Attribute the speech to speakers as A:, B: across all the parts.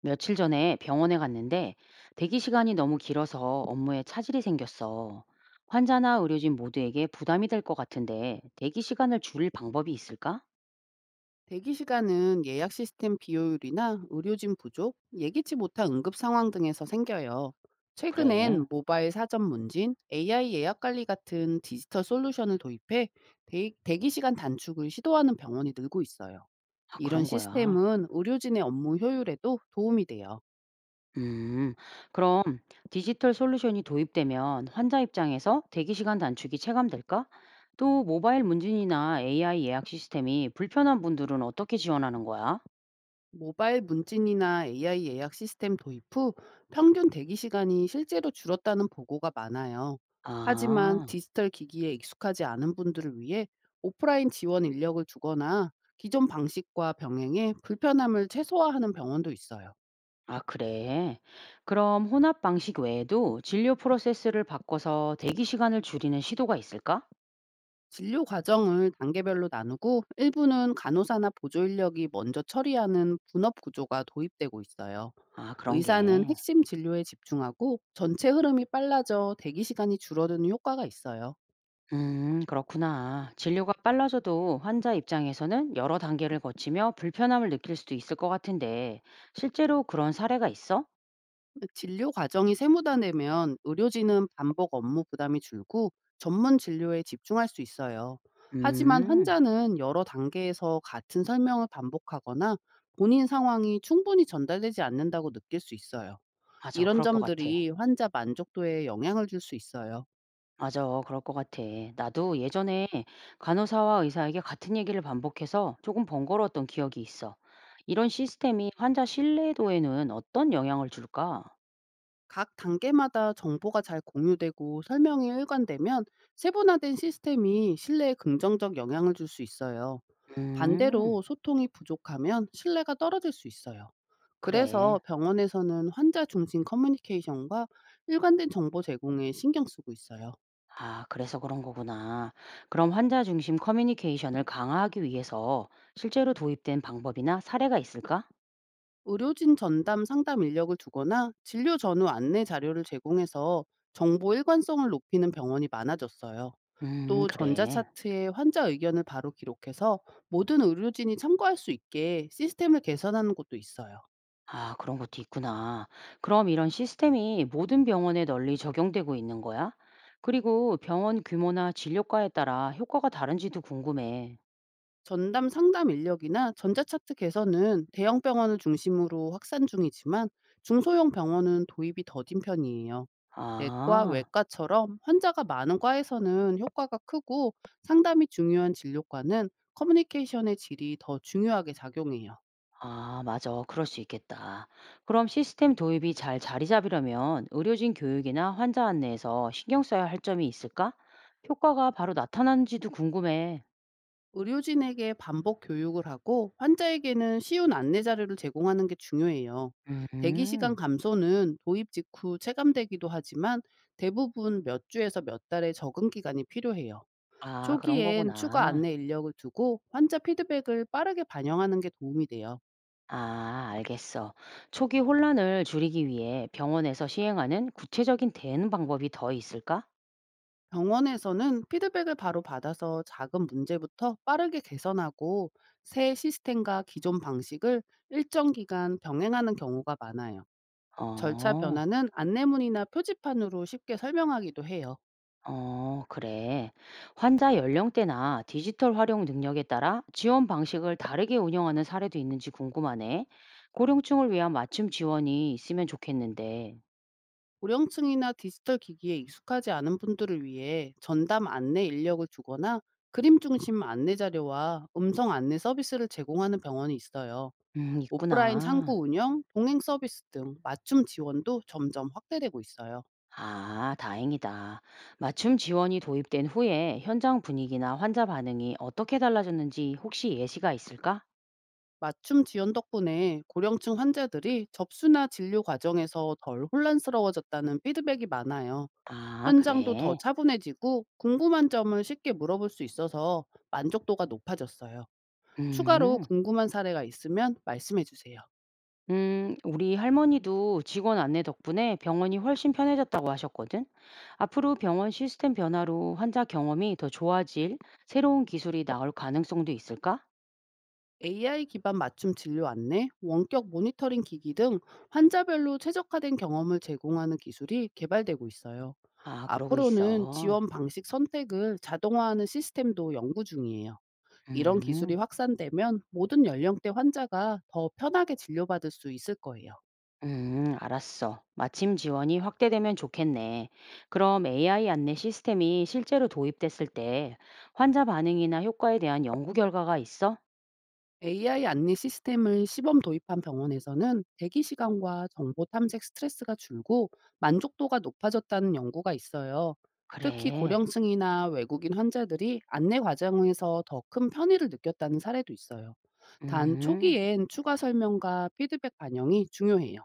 A: 며칠 전에 병원에 갔는데 대기 시간이 너무 길어서 업무에 차질이 생겼어. 환자나 의료진 모두에게 부담이 될 것 같은데 대기 시간을 줄일 방법이 있을까?
B: 대기 시간은 예약 시스템 비효율이나 의료진 부족, 예기치 못한 응급 상황 등에서 생겨요. 최근엔
A: 그래.
B: 모바일 사전 문진, AI 예약 관리 같은 디지털 솔루션을 도입해 대기 시간 단축을 시도하는 병원이 늘고 있어요.
A: 아,
B: 이런
A: 그런 거야.
B: 시스템은 의료진의 업무 효율에도 도움이 돼요.
A: 음, 그럼 디지털 솔루션이 도입되면 환자 입장에서 대기 시간 단축이 체감될까? 또 모바일 문진이나 AI 예약 시스템이 불편한 분들은 어떻게 지원하는 거야?
B: 모바일 문진이나 AI 예약 시스템 도입 후 평균 대기 시간이 실제로 줄었다는 보고가 많아요. 하지만
A: 아.
B: 디지털 기기에 익숙하지 않은 분들을 위해 오프라인 지원 인력을 주거나 기존 방식과 병행해 불편함을 최소화하는 병원도 있어요.
A: 아, 그래. 그럼 혼합 방식 외에도 진료 프로세스를 바꿔서 대기 시간을 줄이는 시도가 있을까?
B: 진료 과정을 단계별로 나누고 일부는 간호사나 보조 인력이 먼저 처리하는 분업 구조가 도입되고 있어요.
A: 아, 그런
B: 의사는
A: 게.
B: 핵심 진료에 집중하고 전체 흐름이 빨라져 대기 시간이 줄어드는 효과가 있어요.
A: 그렇구나. 진료가 빨라져도 환자 입장에서는 여러 단계를 거치며 불편함을 느낄 수도 있을 것 같은데, 실제로 그런 사례가 있어?
B: 진료 과정이 세무화되면 의료진은 반복 업무 부담이 줄고 전문 진료에 집중할 수 있어요. 하지만
A: 음,
B: 환자는 여러 단계에서 같은 설명을 반복하거나 본인 상황이 충분히 전달되지 않는다고 느낄 수 있어요.
A: 맞아.
B: 이런
A: 그럴 것 같아.
B: 점들이 환자 만족도에 영향을 줄 수 있어요.
A: 맞아. 그럴 것 같아. 나도 예전에 간호사와 의사에게 같은 얘기를 반복해서 조금 번거로웠던 기억이 있어. 이런 시스템이 환자 신뢰도에는 어떤 영향을 줄까?
B: 각 단계마다 정보가 잘 공유되고 설명이 일관되면 세분화된 시스템이 신뢰에 긍정적 영향을 줄 수 있어요.
A: 음,
B: 반대로 소통이 부족하면 신뢰가 떨어질 수 있어요. 그래서
A: 그래.
B: 병원에서는 환자 중심 커뮤니케이션과 일관된 정보 제공에 신경 쓰고 있어요.
A: 아, 그래서 그런 거구나. 그럼 환자 중심 커뮤니케이션을 강화하기 위해서 실제로 도입된 방법이나 사례가 있을까?
B: 의료진 전담 상담 인력을 두거나 진료 전후 안내 자료를 제공해서 정보 일관성을 높이는 병원이 많아졌어요. 또
A: 그래.
B: 전자차트에 환자 의견을 바로 기록해서 모든 의료진이 참고할 수 있게 시스템을 개선하는 곳도 있어요.
A: 아, 그런 것도 있구나. 그럼 이런 시스템이 모든 병원에 널리 적용되고 있는 거야? 그리고 병원 규모나 진료과에 따라 효과가 다른지도 궁금해.
B: 전담 상담 인력이나 전자차트 개선은 대형 병원을 중심으로 확산 중이지만 중소형 병원은 도입이 더딘 편이에요. 내과,
A: 아,
B: 외과처럼 환자가 많은 과에서는 효과가 크고, 상담이 중요한 진료과는 커뮤니케이션의 질이 더 중요하게 작용해요.
A: 아, 맞아. 그럴 수 있겠다. 그럼 시스템 도입이 잘 자리 잡으려면 의료진 교육이나 환자 안내에서 신경 써야 할 점이 있을까? 효과가 바로 나타나는지도 궁금해.
B: 의료진에게 반복 교육을 하고 환자에게는 쉬운 안내 자료를 제공하는 게 중요해요. 대기 시간
A: 음,
B: 감소는 도입 직후 체감되기도 하지만 대부분 몇 주에서 몇 달의 적응 기간이 필요해요.
A: 아, 그런
B: 초기엔 추가
A: 거구나.
B: 안내 인력을 두고 환자 피드백을 빠르게 반영하는 게 도움이 돼요.
A: 아, 알겠어. 초기 혼란을 줄이기 위해 병원에서 시행하는 구체적인 대응 방법이 더 있을까?
B: 병원에서는 피드백을 바로 받아서 작은 문제부터 빠르게 개선하고 새 시스템과 기존 방식을 일정 기간 병행하는 경우가 많아요. 절차
A: 어,
B: 변화는 안내문이나 표지판으로 쉽게 설명하기도 해요.
A: 어, 그래. 환자 연령대나 디지털 활용 능력에 따라 지원 방식을 다르게 운영하는 사례도 있는지 궁금하네. 고령층을 위한 맞춤 지원이 있으면 좋겠는데.
B: 고령층이나 디지털 기기에 익숙하지 않은 분들을 위해 전담 안내 인력을 주거나 그림 중심 안내 자료와 음성 안내 서비스를 제공하는 병원이 있어요. 오프라인
A: 있구나.
B: 창구 운영, 동행 서비스 등 맞춤 지원도 점점 확대되고 있어요.
A: 아, 다행이다. 맞춤 지원이 도입된 후에 현장 분위기나 환자 반응이 어떻게 달라졌는지 혹시 예시가 있을까?
B: 맞춤 지원 덕분에 고령층 환자들이 접수나 진료 과정에서 덜 혼란스러워졌다는 피드백이 많아요.
A: 아
B: 현장도 더
A: 그래.
B: 차분해지고 궁금한 점을 쉽게 물어볼 수 있어서 만족도가 높아졌어요. 추가로
A: 음.
B: 궁금한 사례가 있으면 말씀해 주세요.
A: 우리 할머니도 직원 안내 덕분에 병원이 훨씬 편해졌다고 하셨거든. 앞으로 병원 시스템 변화로 환자 경험이 더 좋아질 새로운 기술이 나올 가능성도 있을까?
B: AI 기반 맞춤 진료 안내, 원격 모니터링 기기 등 환자별로 최적화된 경험을 제공하는 기술이 개발되고 있어요.
A: 아, 그러고
B: 앞으로는
A: 있어.
B: 지원 방식 선택을 자동화하는 시스템도 연구 중이에요. 이런 기술이
A: 음.
B: 확산되면 모든 연령대 환자가 더 편하게 진료받을 수 있을 거예요.
A: 알았어. 마침 지원이 확대되면 좋겠네. 그럼 AI 안내 시스템이 실제로 도입됐을 때 환자 반응이나 효과에 대한 연구 결과가 있어?
B: AI 안내 시스템을 시범 도입한 병원에서는 대기 시간과 정보 탐색 스트레스가 줄고 만족도가 높아졌다는 연구가 있어요. 특히
A: 그래.
B: 고령층이나 외국인 환자들이 안내 과정에서 더 큰 편의를 느꼈다는 사례도 있어요. 단
A: 음.
B: 초기엔 추가 설명과 피드백 반영이 중요해요.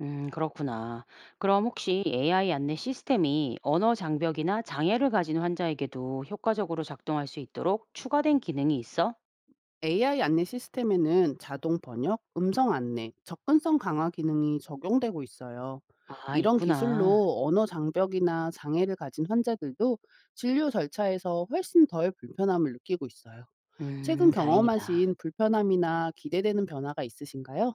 A: 그렇구나. 그럼 혹시 AI 안내 시스템이 언어 장벽이나 장애를 가진 환자에게도 효과적으로 작동할 수 있도록 추가된 기능이 있어?
B: AI 안내 시스템에는 자동 번역, 음성 안내, 접근성 강화 기능이 적용되고 있어요.
A: 아,
B: 이런
A: 있구나.
B: 기술로 언어 장벽이나 장애를 가진 환자들도 진료 절차에서 훨씬 덜 불편함을 느끼고 있어요. 최근
A: 다행이다.
B: 경험하신 불편함이나 기대되는 변화가 있으신가요?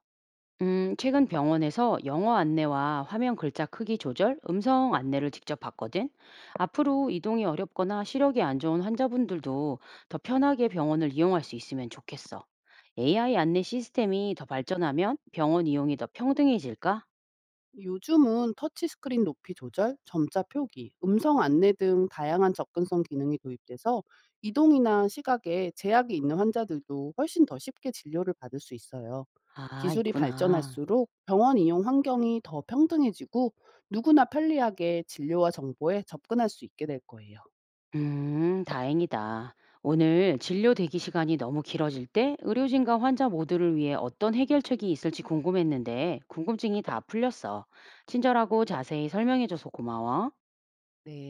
A: 최근 병원에서 영어 안내와 화면 글자 크기 조절, 음성 안내를 직접 봤거든. 앞으로 이동이 어렵거나 시력이 안 좋은 환자분들도 더 편하게 병원을 이용할 수 있으면 좋겠어. AI 안내 시스템이 더 발전하면 병원 이용이 더 평등해질까?
B: 요즘은 터치스크린 높이 조절, 점자 표기, 음성 안내 등 다양한 접근성 기능이 도입돼서 이동이나 시각에 제약이 있는 환자들도 훨씬 더 쉽게 진료를 받을 수 있어요.
A: 아,
B: 기술이
A: 있구나.
B: 발전할수록 병원 이용 환경이 더 평등해지고 누구나 편리하게 진료와 정보에 접근할 수 있게 될 거예요.
A: 다행이다. 오늘 진료 대기 시간이 너무 길어질 때 의료진과 환자 모두를 위해 어떤 해결책이 있을지 궁금했는데 궁금증이 다 풀렸어. 친절하고 자세히 설명해줘서 고마워.
B: 네.